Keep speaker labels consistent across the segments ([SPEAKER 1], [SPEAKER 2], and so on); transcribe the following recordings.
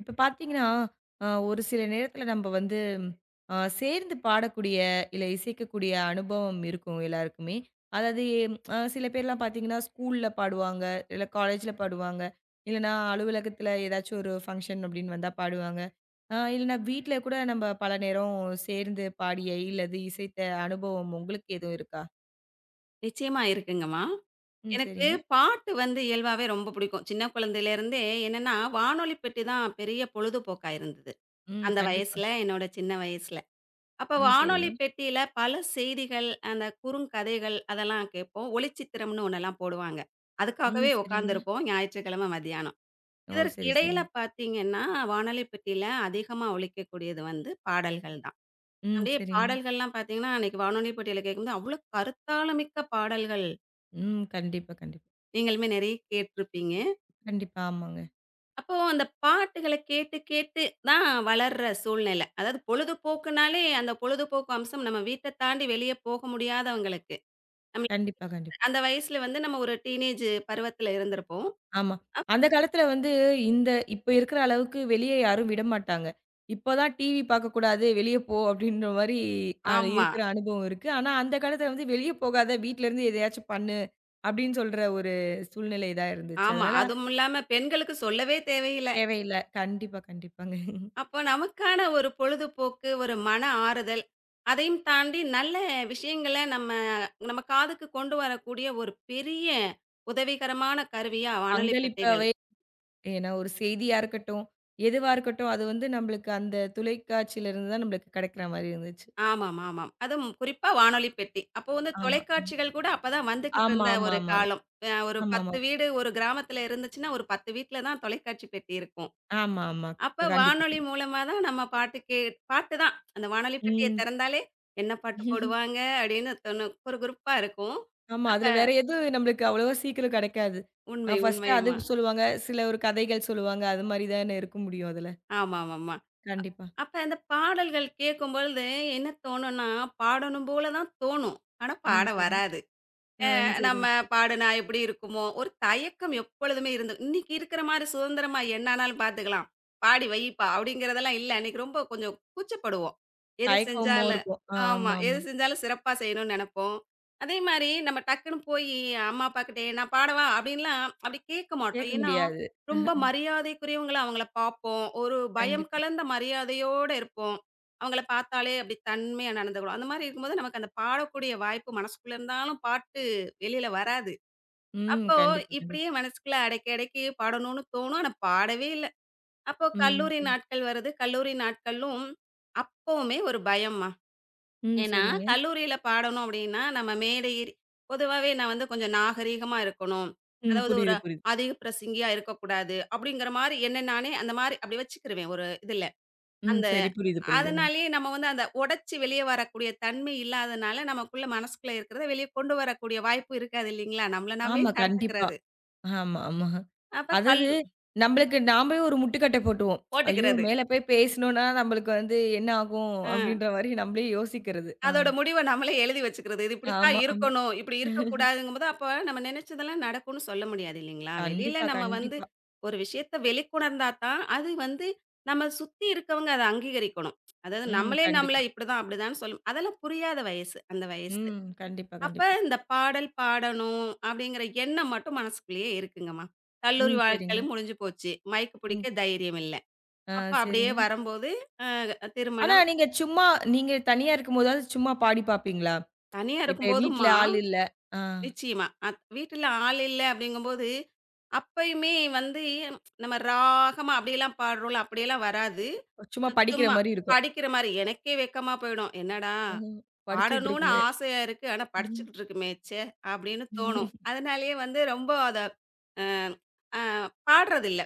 [SPEAKER 1] இப்ப பார்த்தீங்கன்னா, ஒரு சில நேரத்தில நம்ம வந்து சேர்ந்து பாடக்கூடிய, இல்ல இசைக்கக்கூடிய அனுபவம் இருக்கும் எல்லாருக்குமே. அதாவது சில பேர்லாம் பார்த்தீங்கன்னா, ஸ்கூல்ல பாடுவாங்க, இல்ல காலேஜ்ல பாடுவாங்க, இல்லன்னா அலுவலகத்தில ஏதாச்சும் ஒரு ஃபங்ஷன் அப்படின்னு வந்தா பாடுவாங்க. இல்லன்னா வீட்ல கூட நம்ம பல நேரம் சேர்ந்து பாடிய, இல்லது இசைத்த அனுபவம் உங்களுக்கு எதுவும் இருக்கா?
[SPEAKER 2] நிச்சயமா இருக்குங்கம்மா.
[SPEAKER 1] ம்.
[SPEAKER 2] எனக்கு
[SPEAKER 1] சரிங்க.
[SPEAKER 2] பாட்டு வந்து இயல்பாவே ரொம்ப பிடிக்கும். சின்ன குழந்தையிலேருந்தே என்னன்னா, வானொலி பெட்டி தான் பெரிய பொழுதுபோக்கா இருந்தது.
[SPEAKER 1] ம்.
[SPEAKER 2] அந்த
[SPEAKER 1] கண்டிப்பா.
[SPEAKER 2] வயசுல, என்னோட சின்ன வயசுல. அப்ப
[SPEAKER 1] ம். சரிங்க.
[SPEAKER 2] வானொலி பெட்டியில பல செய்திகள், அந்த குறுங்கதைகள் அதெல்லாம் கேட்போம். ஒளிச்சித்திரம்னு ஒண்ணெல்லாம் போடுவாங்க.
[SPEAKER 1] ம்.
[SPEAKER 2] அதுக்காகவே
[SPEAKER 1] சரிங்க.
[SPEAKER 2] உட்காந்துருப்போம் ஞாயிற்றுக்கிழமை மதியானம்.
[SPEAKER 1] ஓ!
[SPEAKER 2] இதற்கு
[SPEAKER 1] சரி,
[SPEAKER 2] இடையில
[SPEAKER 1] சரிங்க.
[SPEAKER 2] பார்த்தீங்கன்னா, வானொலி பெட்டியில அதிகமா ஒலிக்கக்கூடியது வந்து பாடல்கள் தான்.
[SPEAKER 1] ம்.
[SPEAKER 2] அப்படியே
[SPEAKER 1] சரிங்க.
[SPEAKER 2] பாடல்கள்லாம் பார்த்தீங்கன்னா, அன்னைக்கு வானொலி பெட்டியில கேட்கும்போது, அவ்வளோ கருத்தாளமிக்க பாடல்கள்.
[SPEAKER 1] ம். கண்டிப்பா, கண்டிப்பா.
[SPEAKER 2] நீங்களுமே நெறைய கேட்டுருப்பீங்க.
[SPEAKER 1] கண்டிப்பா. ஆமாங்க.
[SPEAKER 2] அப்போ அந்த பாட்டுகள கேட்டு கேட்டு தான் வளர்ற சூழ்நிலை. அதாவது பொழுதுபோக்குனாலே, அந்த பொழுதுபோக்கு அம்சம் நம்ம வீட்ட தாண்டி வெளிய போக முடியாதவங்களுக்கு. நம்மளுக்கு
[SPEAKER 1] கண்டிப்பா, கண்டிப்பா.
[SPEAKER 2] அந்த வயசுல வந்து நம்ம ஒரு டீனேஜ் பருவத்துல இருந்திருப்போம்.
[SPEAKER 1] ஆமா. அந்த காலத்துல வந்து இந்த இப்ப இருக்கிற அளவுக்கு வெளிய யாரும் விடமாட்டாங்க. இப்பதான் டிவி பார்க்கக்கூடாது, வெளிய போ அப்படின்ற மாரி அ
[SPEAKER 2] ஆமா,
[SPEAKER 1] இருக்கிற அனுபவம் இருக்கு. ஆனா அந்த காலத்துல வந்து வெளிய போகாத, வீட்ல இருந்து எதையாச்சும் பண்ணு அப்படின்னு சொல்ற ஒரு சூழ்நிலை தான் இருந்துச்சு.
[SPEAKER 2] ஆமா.
[SPEAKER 1] அதனால
[SPEAKER 2] அதுவும் இல்லாம பெண்களுக்கு சொல்லவே தேவையில்ல.
[SPEAKER 1] தேவையில்ல. கண்டிப்பா, கண்டிப்பாங்க.
[SPEAKER 2] அப்போ நமக்கான ஒரு பொழுதுபோக்கு, ஒரு மன ஆறுதல், அதையும் தாண்டி நல்ல விஷயங்கள நம்ம நம்ம காதுக்கு கொண்டு வரக்கூடிய ஒரு பெரிய உதவிகரமான கருவியா வானொலி
[SPEAKER 1] பங்களிப்பாவே
[SPEAKER 2] பெட்டிகள்.
[SPEAKER 1] ஏன்னா ஒரு செய்தியா இருக்கட்டும், எதுவா இருக்கட்டும் அது வந்து நம்மளுக்கு அந்த தொலைக்காட்சியில இருந்து தான் நம்மளுக்கு கிடைக்கிற மாரி இருந்துச்சு.
[SPEAKER 2] ஆமாம், ஆமாம். அதுவும் குறிப்பா வானொலி பெட்டி. அப்போ வந்து
[SPEAKER 1] ஆமா.
[SPEAKER 2] தொலைக்காட்சிகள் கூட அப்பதான் வந்துகிட்டு
[SPEAKER 1] ஆமா,
[SPEAKER 2] இருந்த
[SPEAKER 1] ஆமா,
[SPEAKER 2] ஒரு
[SPEAKER 1] ஆமா.
[SPEAKER 2] காலம். ஒரு
[SPEAKER 1] ஆமாமா.
[SPEAKER 2] 10 வீடு ஒரு கிராமத்துல இருந்துச்சுன்னா, ஒரு 10 வீட்ல தான் தொலைக்காட்சி பெட்டி இருக்கும்.
[SPEAKER 1] ஆமா, ஆமா.
[SPEAKER 2] அப்ப
[SPEAKER 1] கண்டிப்பா,
[SPEAKER 2] வானொலி
[SPEAKER 1] கண்டிப்பா.
[SPEAKER 2] மூலமா தான் நம்ம பாட்டு தான். அந்த வானொலி பெட்டிய
[SPEAKER 1] ம்.
[SPEAKER 2] திறந்தாலே, என்ன பாட்டு போடுவாங்க அப்படின்னு தொணு குறுகுறுப்பா இருக்கும்.
[SPEAKER 1] ஆமா.
[SPEAKER 2] அப்ப
[SPEAKER 1] அதுல வேற எதுவும் நம்மளுக்கு அவ்வளவா சீக்கிரம் கிடைக்காது.
[SPEAKER 2] உண்மை,
[SPEAKER 1] ஃபர்ஸ்ட்டு அது
[SPEAKER 2] உண்மையுமா.
[SPEAKER 1] சொல்லுவாங்க. சில ஒரு கதைகள் சொல்லுவாங்க. அது மாரி தானே இருக்க முடியும் அதுல.
[SPEAKER 2] ஆமாமாமா.
[SPEAKER 1] கண்டிப்பா.
[SPEAKER 2] அப்ப அந்த பாடல்கள் கேட்கும்பொழுது என்ன தோணும்னா, பாடணும் போல தான் தோணும். ஆனா
[SPEAKER 1] ம்.
[SPEAKER 2] பாட
[SPEAKER 1] சரி.
[SPEAKER 2] வராது.
[SPEAKER 1] ஆ
[SPEAKER 2] அ நம்ம
[SPEAKER 1] சரிங்க சரி.
[SPEAKER 2] பாடுனா எப்படி இருக்குமோ! ஒரு தயக்கம் எப்பொழுதுமே இருந்து இன்னைக்கு இருக்கிற மாரி சுதந்திரமா என்ன ஆனாலும் பார்த்துக்கலாம். பாடி வைப்பா! அப்படிங்கிறதெல்லாம் இல்ல. அன்னைக்கு ரொம்ப கொஞ்சம் கூச்சப்படுவோம். எது
[SPEAKER 1] தயக்கமும்
[SPEAKER 2] செஞ்சாலும்
[SPEAKER 1] இருக்கும்.
[SPEAKER 2] ஆமா.
[SPEAKER 1] ஆமாமா.
[SPEAKER 2] எது செஞ்சாலும் சிறப்பா செய்யணும்னு நெனைப்போம். அதே மாரி நம்ம டக்குன்னு போயி அம்மா, அப்பாகிட்ட "நான் பாடவா?" அப்படின்லாம் அப்படி கேட்க மாட்டோம்.
[SPEAKER 1] கேட்க
[SPEAKER 2] ஏன்னா,
[SPEAKER 1] முடியாது.
[SPEAKER 2] ரொம்ப மரியாதைக்குரியவங்களா அவங்கள பார்ப்போம். ஒரு பயம்
[SPEAKER 1] கண்டிப்பா.
[SPEAKER 2] கலந்த மரியாதையோட இருப்போம். அவங்கள பார்த்தாலே அப்படி தன்மையா நடந்துக்குறோம். அந்த மாரி இருக்கும்போது நமக்கு அந்த பாடக்கூடிய வாய்ப்பு மனசுக்குள்ள இருந்தாலும் பாட்டு வெளியில வராது.
[SPEAKER 1] ம்.
[SPEAKER 2] அப்போ
[SPEAKER 1] கண்டிப்பா, கண்டிப்பா.
[SPEAKER 2] இப்படியே மனசுக்குள்ள அடக்கி, அடக்கி பாடணும்னு தோணும். ஆனா பாடவே இல்ல. அப்போ
[SPEAKER 1] ம்.
[SPEAKER 2] கல்லூரி
[SPEAKER 1] சரி.
[SPEAKER 2] நாட்கள் வருது. கல்லூரி நாட்களும் அப்பவுமே ஒரு பயம்மா.
[SPEAKER 1] ம்.
[SPEAKER 2] ஏன்னா
[SPEAKER 1] சரிங்க.
[SPEAKER 2] கல்லூரியில பாடணும் அப்படின்னா, நம்ம மேடை ஏறி பொதுவாவே நான் வந்து கொஞ்சம் நாகரீகமா இருக்கணும்.
[SPEAKER 1] ம்.
[SPEAKER 2] அதாவது
[SPEAKER 1] புரியுது,
[SPEAKER 2] ஒரு
[SPEAKER 1] புரியுது.
[SPEAKER 2] அதிக பிரசங்கியா இருக்கக்கூடாது. அப்படிங்கிற மாரி என்ன நானே அந்த மாரி அப்படி வச்சுக்கிருவேன் ஒரு இதுல.
[SPEAKER 1] ம்.
[SPEAKER 2] அந்த
[SPEAKER 1] சரி. புரியுது, புரியுதுங்க.
[SPEAKER 2] அதனாலேயே நம்ம வந்து அந்த உடைச்சு வெளிய வரக்கூடிய தன்மை இல்லாதனால, நமக்குள்ள மனசுக்குள்ள இருக்கிறத வெளிய கொண்டு வரக்கூடிய வாய்ப்பு இருக்காது இல்லைங்களா? நம்மள நாமே
[SPEAKER 1] ஆமா. கண்டிப்பா.
[SPEAKER 2] தடுத்துக்கிறது.
[SPEAKER 1] ஆமா, ஆமா.
[SPEAKER 2] அப்ப
[SPEAKER 1] அதாவது நம்மளுக்கு நாமளே ஒரு முட்டுக்கட்டை போட்டுருவோம். ஐயோ!
[SPEAKER 2] போட்டுக்கிறது.
[SPEAKER 1] மேல போய் பேசணும்னா நம்மளுக்கு வந்து என்ன ஆகும்?
[SPEAKER 2] அ
[SPEAKER 1] அப்படின்ற மாரி நம்மளே யோசிக்கிறது. ஆ.
[SPEAKER 2] அதோட முடிவ நம்மளே எழுதி வச்சுக்கிறது. இது இப்படித்தான்
[SPEAKER 1] ஆமா, ஆமா.
[SPEAKER 2] இருக்கணும், இப்படி இருக்கக்கூடாதுங்கும்போது, அப்ப நம்ம நெனைச்சதெல்லாம் நடக்கும்னு சொல்ல முடியாது இல்லைங்களா? வெளியில
[SPEAKER 1] கண்டிப்பா,
[SPEAKER 2] நம்ம வந்து
[SPEAKER 1] கண்டிப்பா.
[SPEAKER 2] ஒரு விஷயத்த வெளிக்கொணர்ந்தா தான், அது வந்து நம்ம சுத்தி இருக்கவங்க அத அங்கீகரிக்கணும். அதாவது
[SPEAKER 1] ம்.
[SPEAKER 2] நம்மளே நம்மள
[SPEAKER 1] கண்டிப்பா.
[SPEAKER 2] இப்படிதான், அப்படிதான்னு சொல்லும் அதெல்லாம் புரியாத வயசு, அந்த வயசு.
[SPEAKER 1] ம். கண்டிப்பா,
[SPEAKER 2] அப்ப
[SPEAKER 1] கண்டிப்பா.
[SPEAKER 2] இந்த பாடல் பாடணும் அப்படிங்கிற எண்ணம் மட்டும் மனசுக்குள்ளேயே இருக்குங்கம்மா. கல்லூரி
[SPEAKER 1] ம். சரிங்க.
[SPEAKER 2] வாழ்க்கையிலும் முடிஞ்சு போச்சு. மைக்
[SPEAKER 1] ம்.
[SPEAKER 2] பிடிக்க தைரியம் இல்ல.
[SPEAKER 1] ஆ
[SPEAKER 2] அப்ப அப்படியே
[SPEAKER 1] சரிங்க.
[SPEAKER 2] வரும்போது,
[SPEAKER 1] ஆனா
[SPEAKER 2] திருமணம்
[SPEAKER 1] நீங்க சும்மா நீங்க தனியா இருக்கும்போதாவது சும்மா பாடி பார்ப்பீங்களா?
[SPEAKER 2] தனியா
[SPEAKER 1] இப்ப வீட்ல
[SPEAKER 2] இருக்கும்போதும்மா,
[SPEAKER 1] ஆள் இல்ல. ஆ
[SPEAKER 2] நிச்சயமா. அத் வீட்ல ஆள் இல்ல அப்படிங்கும்போது, அப்பயுமே வந்து நம்ம ராகமா அப்படியெல்லாம் பாடுறோம்ல, அப்படியெல்லாம் வராது.
[SPEAKER 1] சும்மா படிக்கிற
[SPEAKER 2] சும்மா
[SPEAKER 1] மாரி இருக்கும்.
[SPEAKER 2] படிக்கிற மாரி. எனக்கே வெட்கமா போயிடும். என்னடா
[SPEAKER 1] ம். படிச்சுட்டு
[SPEAKER 2] பாடணும்னு
[SPEAKER 1] இருக்குமே.
[SPEAKER 2] ஆசையா இருக்கு. ஆனா படிச்சுக்கிட்டு இருக்குமே, ச்சே! அப்படின்னு தோணும். அதனாலேயே வந்து ரொம்ப அத அ பாடுறதில்ல.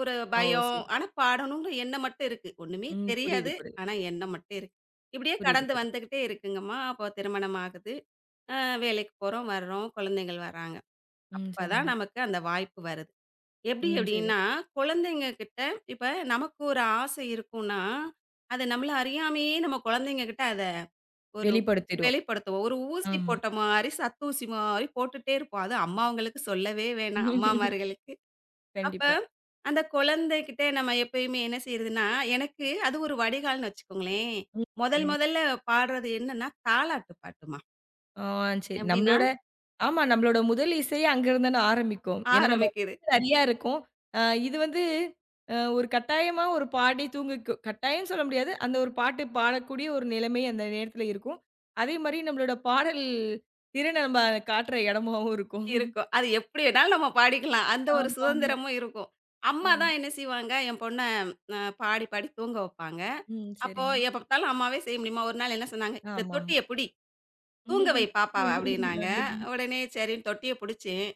[SPEAKER 2] ஒரு
[SPEAKER 1] ஓ!
[SPEAKER 2] பயம்.
[SPEAKER 1] சரி.
[SPEAKER 2] ஆனா பாடணும்னு எண்ணம் மட்டும் இருக்கு. ஒண்ணுமே
[SPEAKER 1] ம். புரியுது,
[SPEAKER 2] தெரியாது.
[SPEAKER 1] புரியுது.
[SPEAKER 2] ஆனா எண்ணம் மட்டும் இருக்கு. இப்படியே
[SPEAKER 1] புரியுது,
[SPEAKER 2] கடந்து
[SPEAKER 1] புரியுது.
[SPEAKER 2] வந்துகிட்டே இருக்குங்கம்மா. அப்போ திருமணம் ஆகுது. அ வேலைக்கு போறோம், வர்றோம், குழந்தைகள் வர்றாங்க.
[SPEAKER 1] ம். சரிங்க.
[SPEAKER 2] அப்பதான் நமக்கு அந்த வாய்ப்பு வருது. எப்படி
[SPEAKER 1] ம். சரி.
[SPEAKER 2] எப்படின்னா, குழந்தைங்க கிட்ட இப்ப நமக்கு ஒரு ஆசை இருக்கும்னா, அது நம்மள அறியாமயே நம்ம குழந்தைங்க கிட்ட அத ஒரு
[SPEAKER 1] வெளிப்படுத்திருவோம்.
[SPEAKER 2] வெளிப்படுத்துவோம். ஒரு ஊசி
[SPEAKER 1] ஆமா.
[SPEAKER 2] போட்ட மாரி, சத்தூசி மாரி போட்டுட்டே இருப்போம். அது அம்மாவங்களுக்கு சொல்லவே வேணாம், அம்மாமார்களுக்கு. அப்ப
[SPEAKER 1] கண்டிப்பா.
[SPEAKER 2] அந்த குழந்தைகிட்ட நம்ம எப்பயுமே என்ன செய்றதுன்னா, எனக்கு அது ஒரு வடிகால்ன்னு வச்சுக்கோங்களேன்.
[SPEAKER 1] ம்.
[SPEAKER 2] முதல்
[SPEAKER 1] சரிங்க.
[SPEAKER 2] முதல்ல பாடுறது என்னன்னா, தாலாட்டு பாட்டும்மா.
[SPEAKER 1] ஆ சரி.
[SPEAKER 2] எப்படின்னா,
[SPEAKER 1] நம்மளோட ஆமா. நம்மளோட முதல் இசையே அங்கருந்து தான் ஆரம்பிக்கும். ஏன்னா நம்ம
[SPEAKER 2] ஆரம்பிக்குது.
[SPEAKER 1] நிறையா இருக்கும். அ இது வந்து ஒரு கட்டாயமா ஒரு பாடி தூங்கிக்கு கட்டாயம்னு சொல்ல முடியாது. அந்த ஒரு பாட்டு பாடக்கூடிய ஒரு நிலைமை அந்த நேரத்துல இருக்கும். அதே மாரி நம்மளோட பாடல் திறன நம்ம காட்டுற இடமாவும் இருக்கும்.
[SPEAKER 2] இருக்கும். அது எப்படி வேணாலும் நம்ம பாடிக்கலாம். அந்த ஒரு
[SPEAKER 1] ஆமாமா.
[SPEAKER 2] சுதந்திரமும் இருக்கும். அம்மா
[SPEAKER 1] ஆமா.
[SPEAKER 2] தான் என்ன செய்வாங்க, என் பொண்ண பாடி, பாடி தூங்க வப்பாங்க.
[SPEAKER 1] ம்.
[SPEAKER 2] அப்போ
[SPEAKER 1] சரிங்க.
[SPEAKER 2] எப்ப பார்த்தாலும் அம்மாவே செய்ய முடியுமா? ஒரு நாள் என்ன சொன்னாங்க, "இந்த
[SPEAKER 1] ஆமாமா.
[SPEAKER 2] தொட்டிய புடி,
[SPEAKER 1] அப்டின்ற
[SPEAKER 2] தூங்க வை பாப்பாவ" அப்படின்னாங்க. உடனே சரின்னு தொட்டிய புடிச்சேன்.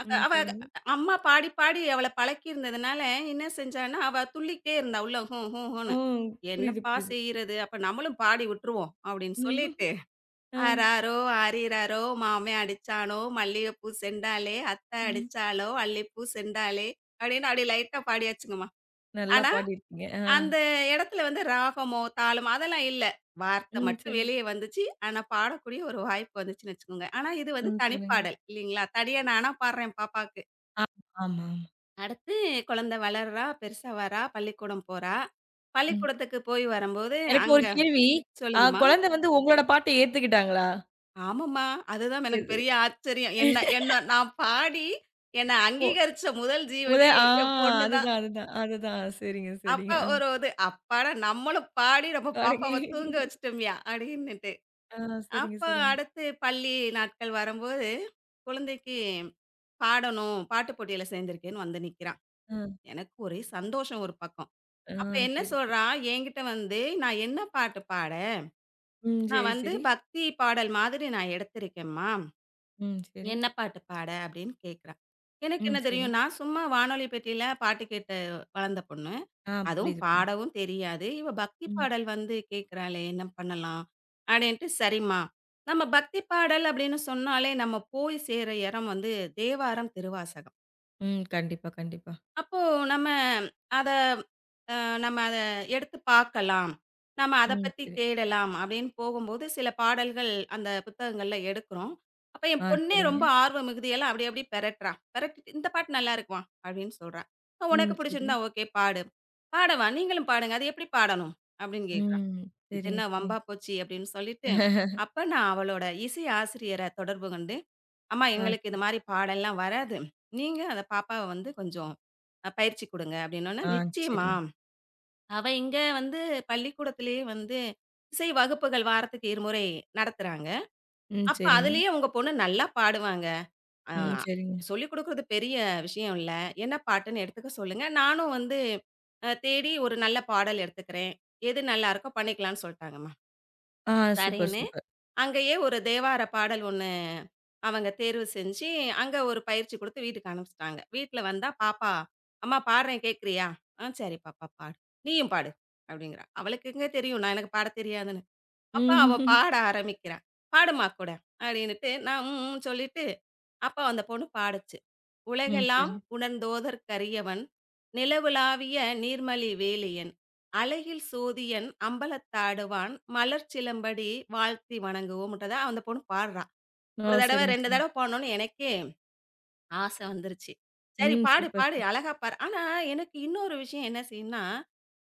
[SPEAKER 2] அத
[SPEAKER 1] ம்.
[SPEAKER 2] அவ
[SPEAKER 1] சரிங்க.
[SPEAKER 2] அம்மா பாடி, பாடி அவள பழக்கியிருந்ததுனால என்ன செஞ்சான்னா, அவ துள்ளிக்கிட்டே இருந்தா உள்ள ஹூ, ஹூ, ஹூன்னு.
[SPEAKER 1] ம். புரியுது,
[SPEAKER 2] என்னப்பா
[SPEAKER 1] புரியுது.
[SPEAKER 2] செய்றது? அப்ப நம்மளும் பாடி விட்டுருவோம் அப்படின்னு சொல்லிட்டு
[SPEAKER 1] ஆ.
[SPEAKER 2] ஆராரோ, ஆரிராரோ, மாமே அடிச்சானோ, மல்லிகைப்பூ செண்டாலே, அத்த
[SPEAKER 1] ம்.
[SPEAKER 2] அடிச்சாளோ, அல்லிப்பூ செண்டாலே, அப்படின்னு அப்படியே லைட்டா பாடியாச்சுங்கம்மா.
[SPEAKER 1] நல்லா
[SPEAKER 2] ஆனா,
[SPEAKER 1] பாடியிருக்கீங்க. ஆ.
[SPEAKER 2] அந்த இடத்துல வந்து ராகமோ, தாளமோ அதெல்லாம் இல்ல. வார்த்தை
[SPEAKER 1] ம்.
[SPEAKER 2] மட்டும்
[SPEAKER 1] சரி.
[SPEAKER 2] வெளிய வந்துச்சு. ஆனா, பாடக்கூடிய ஒரு வாய்ப்பு வந்துச்சுன்னு வச்சுக்கோங்க. ஆனா, இது வந்து
[SPEAKER 1] ம். சரிங்க.
[SPEAKER 2] தனிப்பாடல் இல்லீங்களா? தனியா நானா பாடுறேன் பாப்பாக்கு.
[SPEAKER 1] ஆ ஆமா, ஆமா.
[SPEAKER 2] அடுத்து குழந்தை வளர்றா, பெருசா வரா, பள்ளிக்கூடம் போறா.
[SPEAKER 1] ம்.
[SPEAKER 2] பள்ளிக்கூடத்துக்கு போய் வரும்போது
[SPEAKER 1] எனக்கு ஒரு
[SPEAKER 2] அங்க
[SPEAKER 1] கேள்வி.
[SPEAKER 2] சொல்லுங்கம்மா.
[SPEAKER 1] குழந்தை வந்து உங்களோட பாட்ட ஏத்துக்கிட்டாங்களா?
[SPEAKER 2] ஆமாம்மா. அதுதான் எனக்கு பெரிய
[SPEAKER 1] ஏத்துக்கிட்டேன்.
[SPEAKER 2] ஆச்சரியம். என்ன என்ன நான் பாடி, என்ன
[SPEAKER 1] மு
[SPEAKER 2] அங்கீகரிச்ச முதல்
[SPEAKER 1] முத
[SPEAKER 2] ஜீவனே
[SPEAKER 1] ஆ
[SPEAKER 2] என் பொண்ணு தான்.
[SPEAKER 1] அதுதான், அதுதான், அதுதான். சரிங்க,
[SPEAKER 2] அப்ப
[SPEAKER 1] சரிங்க. ஆ.
[SPEAKER 2] ஒரு இது அப்பாடா நம்மளும் பாடி நம்ம
[SPEAKER 1] பாடுங்க.
[SPEAKER 2] பாப்பாவ தூங்க வச்சுட்டோம்யா! அப்டின்னுட்டு.
[SPEAKER 1] ஆ சரிங்க,
[SPEAKER 2] அப்ப
[SPEAKER 1] சரிங்க.
[SPEAKER 2] அடுத்து பள்ளி நாட்கள் வரும்போது, குழந்தைக்கு பாடணும், பாட்டு போட்டியில சேர்ந்திருக்கேன்னு வந்து நிக்கிறான்.
[SPEAKER 1] ஆ.
[SPEAKER 2] எனக்கு ஒரே சந்தோஷம் ஒரு பக்கம்.
[SPEAKER 1] ஆ
[SPEAKER 2] அப்ப என்ன
[SPEAKER 1] சரி, சரி.
[SPEAKER 2] சொல்றான், என்கிட்ட வந்து "நான் என்ன பாட்டு பாட?
[SPEAKER 1] ம்.
[SPEAKER 2] நான்
[SPEAKER 1] சரி,
[SPEAKER 2] வந்து
[SPEAKER 1] சரி.
[SPEAKER 2] பக்தி பாடல் மாதிரி நான் எடுத்திருக்கேன்ம்மா."
[SPEAKER 1] ம். சரி.
[SPEAKER 2] என்ன பாட்டு பாட? அப்படின்னு கேட்குறா. எனக்கு
[SPEAKER 1] ம்.
[SPEAKER 2] என்ன
[SPEAKER 1] சரி.
[SPEAKER 2] தெரியும், நான் சும்மா வானொலி பெட்டியில பாட்டு கேட்டு வளர்ந்த பொண்ணு.
[SPEAKER 1] ஆ
[SPEAKER 2] அதுவும்
[SPEAKER 1] புரியுது, புரியுது.
[SPEAKER 2] பாடவும் தெரியாது. இவ பக்தி
[SPEAKER 1] ம்.
[SPEAKER 2] பாடல் வந்து கேட்குறாளே, என்ன பண்ணலாம்? அப்படின்ட்டு சரிம்மா. நம்ம பக்தி பாடல் அப்படின்னு சொன்னாலே நம்ம போய் சேர இடம் வந்து தேவாரம், திருவாசகம்.
[SPEAKER 1] ம். கண்டிப்பா, கண்டிப்பா.
[SPEAKER 2] அப்போ நம்ம அத அ நம்ம அத எடுத்து பார்க்கலாம். நம்ம அத
[SPEAKER 1] ம்.
[SPEAKER 2] பத்தி
[SPEAKER 1] சரி.
[SPEAKER 2] தேடலாம் அப்படின்னு போகும்போது, சில பாடல்கள் அந்த புத்தகங்கள்ல எடுக்குறோம். அப்ப
[SPEAKER 1] ஆ
[SPEAKER 2] என் பொண்ணே
[SPEAKER 1] சரிங்க.
[SPEAKER 2] ரொம்ப ஆர்வம் மிகுதியால அப்படி அப்படி பெரட்டுறா. பெரட்டிட்டு "இந்த பாட்டு நல்லா இருக்குமா" அப்படின்னு சொல்றா.
[SPEAKER 1] ம்.
[SPEAKER 2] "உனக்கு
[SPEAKER 1] சரி.
[SPEAKER 2] பிடிச்சிருந்தா ஓகே பாடு." "பாடவா? நீங்களும் பாடுங்க. அது எப்படி பாடணும்?" அப்படின்னு கேட்குறா.
[SPEAKER 1] ம்.
[SPEAKER 2] இது
[SPEAKER 1] சரிங்க,
[SPEAKER 2] என்ன வம்பா
[SPEAKER 1] சரிங்க.
[SPEAKER 2] போச்சு அப்படின்னு சொல்லிட்டு, அப்ப நான் அவளோட இசை ஆசிரியர தொடர்பு கொண்டு, அம்மா
[SPEAKER 1] ஆ,
[SPEAKER 2] எங்களுக்கு இது மாரி பாடல்லாம் வராது. நீங்க அந்த பாப்பாவ வந்து கொஞ்சம் பயிற்சி குடுங்க அப்படின்னோன,
[SPEAKER 1] ஆ
[SPEAKER 2] நிச்சயமா.
[SPEAKER 1] சரிங்க.
[SPEAKER 2] அவ இங்க வந்து பள்ளிக்கூடத்திலேயே வந்து இசை வகுப்புகள் வாரத்துக்கு இருமுறை நடத்துறாங்க.
[SPEAKER 1] ம்.
[SPEAKER 2] அப்ப
[SPEAKER 1] சரிங்க.
[SPEAKER 2] அதுலயே உங்க பொண்ணு நல்லா பாடுவாங்க. அ
[SPEAKER 1] ம். சரிங்க.
[SPEAKER 2] சொல்லிக் குடுக்குறது பெரிய விஷயம் இல்ல. என்ன பாட்டுன்னு எடுத்துக்க சொல்லுங்க. நானும் வந்து தேடி ஒரு நல்ல பாடல் எடுத்துக்கிறேன். எது நல்லாருக்கோ பண்ணிக்கலாம்னு சொல்ட்டாங்கம்மா.
[SPEAKER 1] ஆ சூப்பர்,
[SPEAKER 2] சரின்னு,
[SPEAKER 1] சூப்பர்.
[SPEAKER 2] அங்கேயே ஒரு தேவார பாடல் ஒண்ணு அவங்க தேர்வு செஞ்சு, அங்க ஒரு பயிற்சி குடுத்து வீட்டுக்கு அனுப்பிச்சுட்டாங்க. வீட்ல வந்தா, "பாப்பா, அம்மா பாடுறேன் கேட்கிறியா?" "ஆ சரி பாப்பா பாடு. நீயும் பாடு." அப்படிங்கிறா. அவளுக்கு எங்க தெரியும், நான் எனக்கு பாடத் தெரியாதுன்னு. அப்ப அவ
[SPEAKER 1] ம்.
[SPEAKER 2] பாட ஆரம்பிக்கிறா. "பாடும்மா கூட" அப்படின்னுட்டு, நான் ம் ம் சொல்லிட்டு, அப்ப அந்த பொண்ணு பாடுச்சு.
[SPEAKER 1] ம். சரி.
[SPEAKER 2] உலகெல்லாம் உணர்ந்தோதற்கரியவன் நிலவுலாவிய நீர்மலி வேலியன் அழகில் சோதியன் அம்பலத்தாடுவான் மலர் சிலம்படி வாழ்த்தி வணங்குவோம்ன்றத அந்த பொண்ணு பாடுறா.
[SPEAKER 1] ஓ!
[SPEAKER 2] ஒரு தடவ
[SPEAKER 1] சரிங்க,
[SPEAKER 2] 2
[SPEAKER 1] சரிங்க.
[SPEAKER 2] தடவ பாடணும்னு எனக்கே ஆசை வந்துருச்சு. சரி
[SPEAKER 1] ம்.
[SPEAKER 2] பாடு,
[SPEAKER 1] சூப்பர்
[SPEAKER 2] பாடு
[SPEAKER 1] சார்.
[SPEAKER 2] அழகா பாடு. ஆனா எனக்கு இன்னொரு விஷயம் என்ன செய்யும்னா,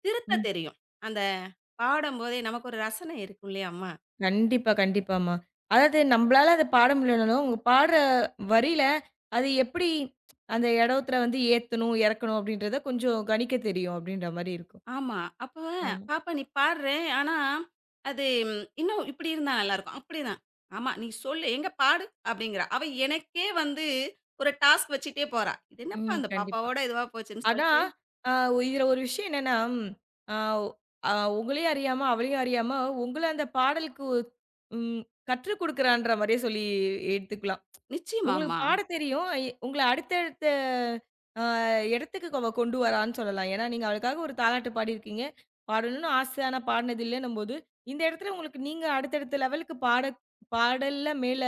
[SPEAKER 2] திருத்த
[SPEAKER 1] ம்.
[SPEAKER 2] தெரியும். அந்த பாடும்போதே நமக்கு ஒரு ரசனை இருக்கும் இல்லையா அம்மா?
[SPEAKER 1] கண்டிப்பா, கண்டிப்பாம்மா. அதாவது நம்பளால அத பாட முடியலனாலும், உங்க பாடுற வரியில அது எப்படி அந்த இடத்துல வந்து ஏத்தணும், இறக்கணும் அப்படின்றத கொஞ்சம் கணிக்க தெரியும் அப்படின்ற மாரி இருக்கும்.
[SPEAKER 2] ஆமா. அப்ப
[SPEAKER 1] ஆமா.
[SPEAKER 2] "பாப்பா நீ பாடுறேன். ஆனா, அது ம், இன்னும் இப்படி இருந்தா நல்லாயிருக்கும்." அப்படிதான். "ஆமா நீ சொல்லு. எங்க பாடு?" அப்படிங்கிறா. அவ எனக்கே வந்து ஒரு டாஸ்க் வச்சுட்டே போறா. இது என்னப்பா
[SPEAKER 1] ம்.
[SPEAKER 2] அந்த
[SPEAKER 1] கண்டிப்பா.
[SPEAKER 2] பாப்பாவோட இதுவா போச்சுன்னு சொல்லிட்டு
[SPEAKER 1] அதான், அ இதுல ஒரு விஷயம் என்னன்னா, அ அ உங்களையும் அறியாம, அவளையும் அறியாம, உங்கள அந்த பாடலுக்கு ஒ- ம் கற்றுக் குடுக்குறான்ற மாரியே சொல்லி எடுத்துக்கலாம். உங்களுக்கு
[SPEAKER 2] நிச்சயமாம்மா.
[SPEAKER 1] பாடத் தெரியும். எ உங்கள அடுத்தடுத்த அ இடத்துக்கு அவ கொண்டு வரான்னு சொல்லலாம். ஏன்னா, நீங்க அவளுக்காக ஒரு தாலாட்டு பாடியிருக்கீங்க. பாடணும்னு ஆசை. ஆனா, பாடுனது இல்லன்னும்போது, இந்த இடத்துல உங்களுக்கு நீங்க அடுத்தடுத்த லெவலுக்கு பாட பாடல்ல மேல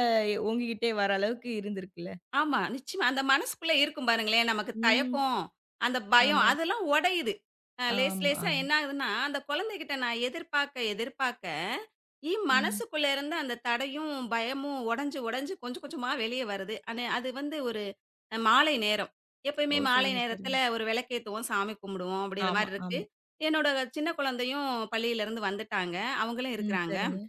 [SPEAKER 1] ஓங்கிக்கிட்டே வர அளவுக்கு இருந்திருக்குல்ல.
[SPEAKER 2] ஆமா நிச்சயமா. அந்த மனசுக்குள்ள இருக்கும் பாருங்களேன், நமக்கு
[SPEAKER 1] ம்.
[SPEAKER 2] தயக்கம், அந்த பயம்
[SPEAKER 1] ஆமாம்.
[SPEAKER 2] அதெல்லாம் உடையுது.
[SPEAKER 1] ஆமா,
[SPEAKER 2] லேசா
[SPEAKER 1] ஆமா.
[SPEAKER 2] என்ன ஆகுதுன்னா, அந்த குழந்தைகிட்ட நான் எதிர்பார்க்க எதிர்பார்க்க,
[SPEAKER 1] ம்.
[SPEAKER 2] மனசுக்குள்ள இருந்த அந்த தடையும், பயமும் உடைஞ்சு உடைஞ்சு கொஞ்சம் கொஞ்சமா வெளிய வருது. ஆனா, அது வந்து ஒரு மாலை நேரம்.
[SPEAKER 1] ஓ!
[SPEAKER 2] எப்பயுமே மாலை
[SPEAKER 1] சரிங்க, சரிங்க.
[SPEAKER 2] நேரத்தில ஒரு விளக்கேத்துவோம், சாமி கும்பிடுவோம் அப்படிங்கிற
[SPEAKER 1] ஆமா,
[SPEAKER 2] மாரி இருக்கு.
[SPEAKER 1] ஆமா.
[SPEAKER 2] என்னோட சின்ன குழந்தையும் பள்ளியிலேருந்து வந்துட்டாங்க. அவங்களும்
[SPEAKER 1] ம்.
[SPEAKER 2] இருக்கிறாங்க.
[SPEAKER 1] சரிங்க.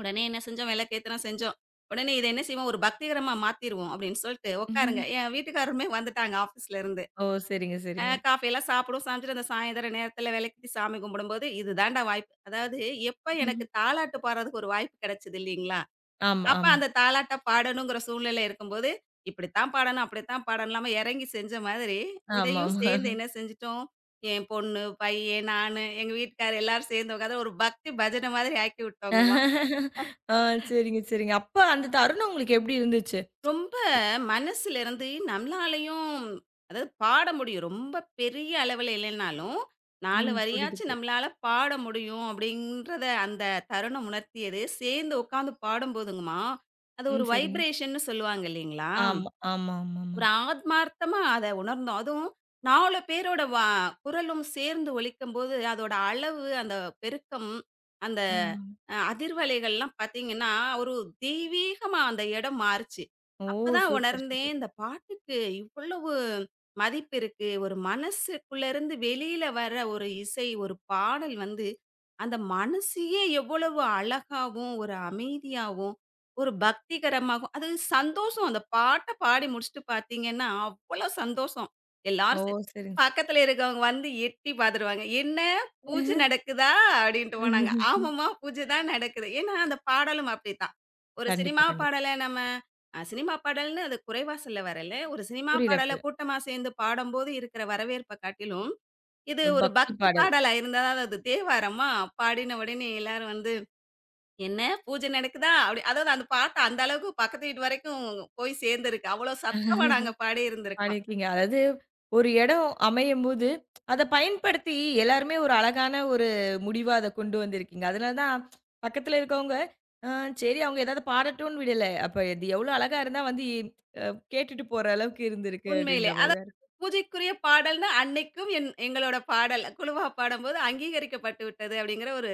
[SPEAKER 2] உடனே என்ன செஞ்சோம், விளக்கேத்துனோம், செஞ்சோம். உடனே இத என்ன செய்வோம், ஒரு பக்திகரமா மாத்திருவோம் அப்படின்னு சொல்ட்டு உட்காருங்க.
[SPEAKER 1] ம்.
[SPEAKER 2] என் வீட்டுக்காரருமே வந்துட்டாங்க ஆஃபீஸ்லேருந்து.
[SPEAKER 1] ஓ! சரிங்க, சரிங்க.
[SPEAKER 2] காஃபியெல்லாம் சாப்பிடுவோம். சாப்பிட்டுட்டு அந்த சாயந்தர நேரத்தில விளக்கேத்தி சாமி கும்பிடும்போது, இது தான்டா வாய்ப்பு. அதாவது எப்ப எனக்கு
[SPEAKER 1] ம்.
[SPEAKER 2] தாலாட்டு பாடுறதுக்கு ஒரு வாய்ப்பு கிடைச்சது இல்லைங்களா?
[SPEAKER 1] ஆமா,
[SPEAKER 2] அப்ப
[SPEAKER 1] ஆமா.
[SPEAKER 2] அந்த தாலாட்ட பாடணுங்கிற சூழ்நிலை இருக்கும்போது, இப்படித்தான் பாடணும், அப்படித்தான் பாடணும் இல்லாம இறங்கி செஞ்ச மாதிரி, இதையும்
[SPEAKER 1] ஆமாமா.
[SPEAKER 2] சேர்ந்து என்ன செஞ்சுட்டோம், என் பொண்ணு, பையன், நானு, எங்க வீட்டுக்காரர் எல்லாரும் சேர்ந்து உட்காந்து ஒரு பக்தி பஜனை மாதிரி ஆக்கி விட்டோங்கம்மா.
[SPEAKER 1] ஆ சரிங்க, சரிங்க. அப்ப அந்த தருணம் உங்களுக்கு எப்படி இருந்துச்சு?
[SPEAKER 2] ரொம்ப
[SPEAKER 1] இ
[SPEAKER 2] மனசுலருந்து நம்மளாலயும் அதாவது பாட முடியும். ரொம்ப பெரிய அளவுல இல்லைனாலும், 4
[SPEAKER 1] ம். புரியுது,
[SPEAKER 2] வரியாச்சும்
[SPEAKER 1] புரியுது.
[SPEAKER 2] நம்மளால பாட முடியும் அப்படின்றத அந்த தருணம் உணர்த்தியது, சேர்ந்து உட்காந்து பாடும்போதுங்கம்மா, அது
[SPEAKER 1] ம்.
[SPEAKER 2] ஒரு
[SPEAKER 1] சரிங்க.
[SPEAKER 2] வைப்ரேஷன்னு சொல்லுவாங்க இல்லைங்களா?
[SPEAKER 1] ஆமா, ஆமா, ஆமாமா.
[SPEAKER 2] ஒரு ஆத்மார்த்தமா அத உணர்ந்தோம். அதுவும் 4 பேரோட குரலும் சேர்ந்து ஒலிக்கும்போது, அதோட அளவு, அந்த பெருக்கம், அந்த
[SPEAKER 1] ஆமா. ஆமா.
[SPEAKER 2] அதிர்வலைகள்லாம் பார்த்தீங்கன்னா, ஒரு தெய்வீகமா அந்த இடம் மாறுச்சு.
[SPEAKER 1] ஓ!
[SPEAKER 2] அப்பதான்
[SPEAKER 1] சூப்பர்,
[SPEAKER 2] உணர்ந்தேன்,
[SPEAKER 1] சூப்பர்.
[SPEAKER 2] இந்த பாட்டுக்கு இவ்வளவு மதிப்பு இருக்கு. ஒரு மனசுக்குள்ளேருந்து வெளியில வர ஒரு இசை, ஒரு பாடல் வந்து, அந்த மனசையே எவ்வளவு அழகாவும், ஒரு அமைதியாவும் ஒரு பக்திகரமாகும். அது சந்தோஷம். அந்த பாட்ட பாடி முடிச்சுட்டு பார்த்தீங்கன்னா, அவ்வளோ சந்தோஷம்.
[SPEAKER 1] ஓ!
[SPEAKER 2] எல்லாரும்
[SPEAKER 1] சரிங்க.
[SPEAKER 2] பக்கத்துல இருக்கவங்க வந்து எட்டி பார்த்துருவாங்க. "என்ன பூஜை நடக்குதா?" அப்படின்ட்டு போனாங்க. "ஆமாம்மா, பூஜை தான் நடக்குது." ஏன்னா, அந்த பாடலும் அப்படித்தான். ஒரு
[SPEAKER 1] கண்டிப்பா,
[SPEAKER 2] சினிமா
[SPEAKER 1] கண்டிப்பா.
[SPEAKER 2] பாடல நம்ம சினிமா பாடல்னு அது குறைவாசல்ல வரல. ஒரு சினிமா
[SPEAKER 1] புரியல,
[SPEAKER 2] பாடல
[SPEAKER 1] புரியல.
[SPEAKER 2] கூட்டமா சேர்ந்து பாடும்போது இருக்கிற வரவேற்ப காட்டிலும், இது
[SPEAKER 1] ஒரு
[SPEAKER 2] ஒரு
[SPEAKER 1] பக்தி
[SPEAKER 2] பக்தி பாடலா இருந்தா, அது தேவாரமா பாடின உடனே எல்லாரும் வந்து "என்ன பூஜை நடக்குதா?" அப்படி அதாவது அந்த பாட்டு அந்த அளவுக்கு பக்கத்து வீட்டு வரைக்கும் போய் சேர்ந்திருக்கு. அவ்வளோ சத்தமா
[SPEAKER 1] பாடல்.
[SPEAKER 2] நாங்க பாடியிருந்திருக்கோம்.
[SPEAKER 1] பாடியிருக்கீங்க. அதாவது ஒரு இடம் அமையும்போது, அத பயன்படுத்தி எல்லாருமே ஒரு அழகான ஒரு முடிவா அத கொண்டு வந்திருக்கீங்க. அதனால தான் பக்கத்துல இருக்கவங்க, அ சரி அவங்க ஏதாவது பாடட்டும்னு விடல. அப்ப இது எவ்ளோ அழகா இருந்தா வந்து கேட்டுட்டு போற அளவுக்கு இருந்திருக்கு
[SPEAKER 2] உண்மையிலே.
[SPEAKER 1] அப்படின்ற மாரி
[SPEAKER 2] அதாவது
[SPEAKER 1] தான். இருக்கு.
[SPEAKER 2] பூஜைக்குரிய பாடல்னா, அன்னைக்கும் எங்களோட பாடல் குழுவா பாடும்போது அங்கீகரிக்கப்பட்டு விட்டது அப்படிங்கிற ஒரு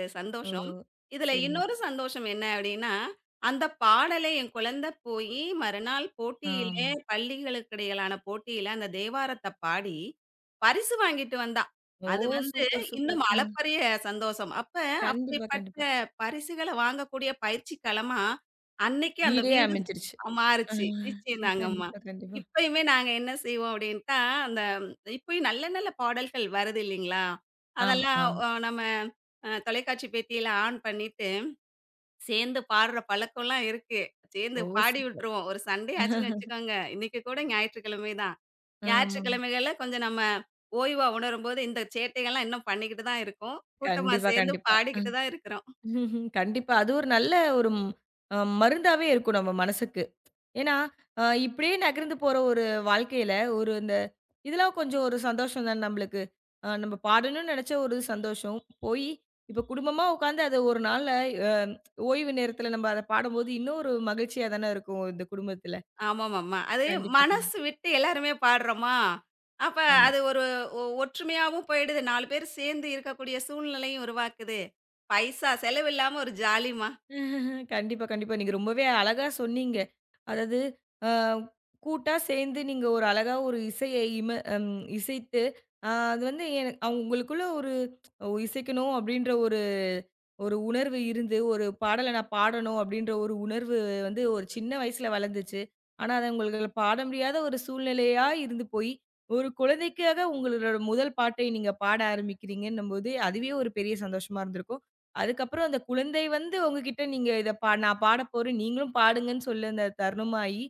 [SPEAKER 1] ஓ!
[SPEAKER 2] சந்தோஷம். இதுல
[SPEAKER 1] சரிங்க.
[SPEAKER 2] இன்னொரு சந்தோஷம் என்ன அப்படின்னா, அந்த பாடலை என் குழந்தை போயி மறுநாள்
[SPEAKER 1] ஆமா.
[SPEAKER 2] போட்டியிலே பள்ளிகளுக்கு இடையிலான போட்டியில அந்த தேவாரத்த பாடி, பரிசு வாங்கிட்டு வந்தா.
[SPEAKER 1] ஓ!
[SPEAKER 2] அது வந்து
[SPEAKER 1] சூப்பர், சூப்பர்.
[SPEAKER 2] இன்னும்
[SPEAKER 1] ஆ
[SPEAKER 2] அளப்பரிய சந்தோஷம். அப்ப
[SPEAKER 1] கண்டிப்பா,
[SPEAKER 2] அப்படிப்பட்ட
[SPEAKER 1] கண்டிப்பா.
[SPEAKER 2] பரிசுகள வாங்கக்கூடிய பயிற்சி களமா, அன்னைக்கு அந்த
[SPEAKER 1] வீடே
[SPEAKER 2] வீடு
[SPEAKER 1] அமைஞ்சிருச்சு. ஆ
[SPEAKER 2] மாறுச்சு. நிச்சயந்தாங்கம்மா.
[SPEAKER 1] கண்டிப்பா, கண்டிப்பா.
[SPEAKER 2] இப்பயுமே நாங்க என்ன செய்வோம் அப்படின்ட்டா, அந்த இப்பயும் நல்ல நல்ல பாடல்கள் வருது இல்லைங்களா?
[SPEAKER 1] ஆமா,
[SPEAKER 2] அதெல்லாம்
[SPEAKER 1] ஆமா.
[SPEAKER 2] நம்ம தொலைக்காட்சி பெட்டியில ஆன் பண்ணிட்டு, சேர்ந்து பாடுற பழக்கம்லாம் இருக்கு. சேர்ந்து
[SPEAKER 1] ஓ!
[SPEAKER 2] பாடி
[SPEAKER 1] சூப்பர்.
[SPEAKER 2] விட்டுருவோம். ஒரு சண்டே ஆச்சுன்னு வச்சுக்கோங்க. இன்னைக்கு கூட ஞாயிற்றுக்கிழமை தான்.
[SPEAKER 1] ஆமா.
[SPEAKER 2] ஞாயிற்றுக்கிழமைகள்ல கொஞ்சம் நம்ம ஓய்வா உணரும்போது, இந்த சேட்டைகள்லாம் இன்னும் பண்ணிக்கிட்டு தான் இருக்கோம். கூட்டமா
[SPEAKER 1] கண்டிப்பா,
[SPEAKER 2] சேர்ந்து
[SPEAKER 1] கண்டிப்பா.
[SPEAKER 2] பாடிக்கிட்டு தான் இருக்கிறோம்.
[SPEAKER 1] ம்ஹ்ம். கண்டிப்பா. அது ஒரு நல்ல ஒரு ம் மருந்தாவே இருக்கும் நம்ம மனசுக்கு. ஏன்னா, இப்படியே நகர்ந்து போற ஒரு வாழ்க்கையில, ஒரு இந்த இதெல்லாம் கொஞ்சம் ஒரு சந்தோஷம் தான நம்பளுக்கு. நம்ம பாடணும்னு நெனச்ச ஒரு சந்தோஷம். போயி இப்ப குடும்பமா உட்காந்து அத ஒரு நாள்ல அ ஓய்வு நேரத்துல நம்ம அத பாடும்போது, இன்னும் ஒரு மகிழ்ச்சியா தானே இருக்கும், இந்த குடும்பத்துல.
[SPEAKER 2] ஆமாமாமா. அது
[SPEAKER 1] கண்டிப்பா,
[SPEAKER 2] மனசு
[SPEAKER 1] கண்டிப்பா.
[SPEAKER 2] விட்டு எல்லாருமே பாடுறோமா, அப்ப
[SPEAKER 1] ஆமா.
[SPEAKER 2] அது ஒரு ஒற்றுமையாவும் போயிடுது. 4 பேர் சேர்ந்து இருக்கக்கூடிய சூழ்நிலையும் உருவாக்குது. பைசா செலவில்லாம ஒரு ஜாலிம்மா.
[SPEAKER 1] கண்டிப்பா, கண்டிப்பா. நீங்க ரொம்பவே அழகா சொன்னீங்க. அதாவது, அ கூட்டா சேர்ந்து நீங்க ஒரு அழகா ஒரு இசைய இம அம் இசைத்து, அது வந்து எ அவங்களுக்குள்ள ஒரு ஓ, இசைக்கணும் அப்படின்ற ஒரு ஒரு உணர்வு இருந்து, ஒரு பாடல நான் பாடணும் அப்படின்ற ஒரு உணர்வு வந்து ஒரு சின்ன வயசுல வளர்ந்துச்சு. ஆனா, அத உங்களுக்கு பாட முடியாத ஒரு சூழ்நிலையா இருந்து போய், ஒரு குழந்தைக்காக உங்களோட முதல் பாட்டை நீங்க பாட ஆரம்பிக்கிறீங்கன்னும்போது, அதுவே ஒரு பெரிய சந்தோஷமா இருந்திருக்கும். அதுக்கப்புறம் அந்த குழந்தை வந்து உங்ககிட்ட நீங்க இத பா நான் பாடப்போறேன். நீங்களும் பாடுங்கன்னு சொல்லி அந்த தருணமாயி,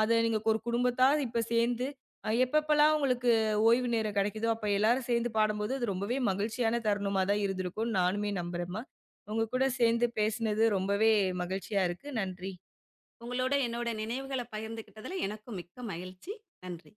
[SPEAKER 1] அத நீங்க ஒரு குடும்பத்தா இப்ப சேர்ந்து, எப்பப்பலாம் உங்களுக்கு ஓய்வு நேரம் கிடைக்குதோ, அப்ப எல்லாரும் சேர்ந்து பாடும்போது, அது ரொம்பவே மகிழ்ச்சியான தருணமா தான் இருந்திருக்கும்னு நானுமே நம்புறேன்ம்மா. உங்க கூட சேர்ந்து பேசினது ரொம்பவே மகிழ்ச்சியா இருக்கு. நன்றி.
[SPEAKER 2] உங்களோட என்னோட நினைவுகள பகிர்ந்துக்கிட்டதுல எனக்கும் மிக்க மகிழ்ச்சி. நன்றி.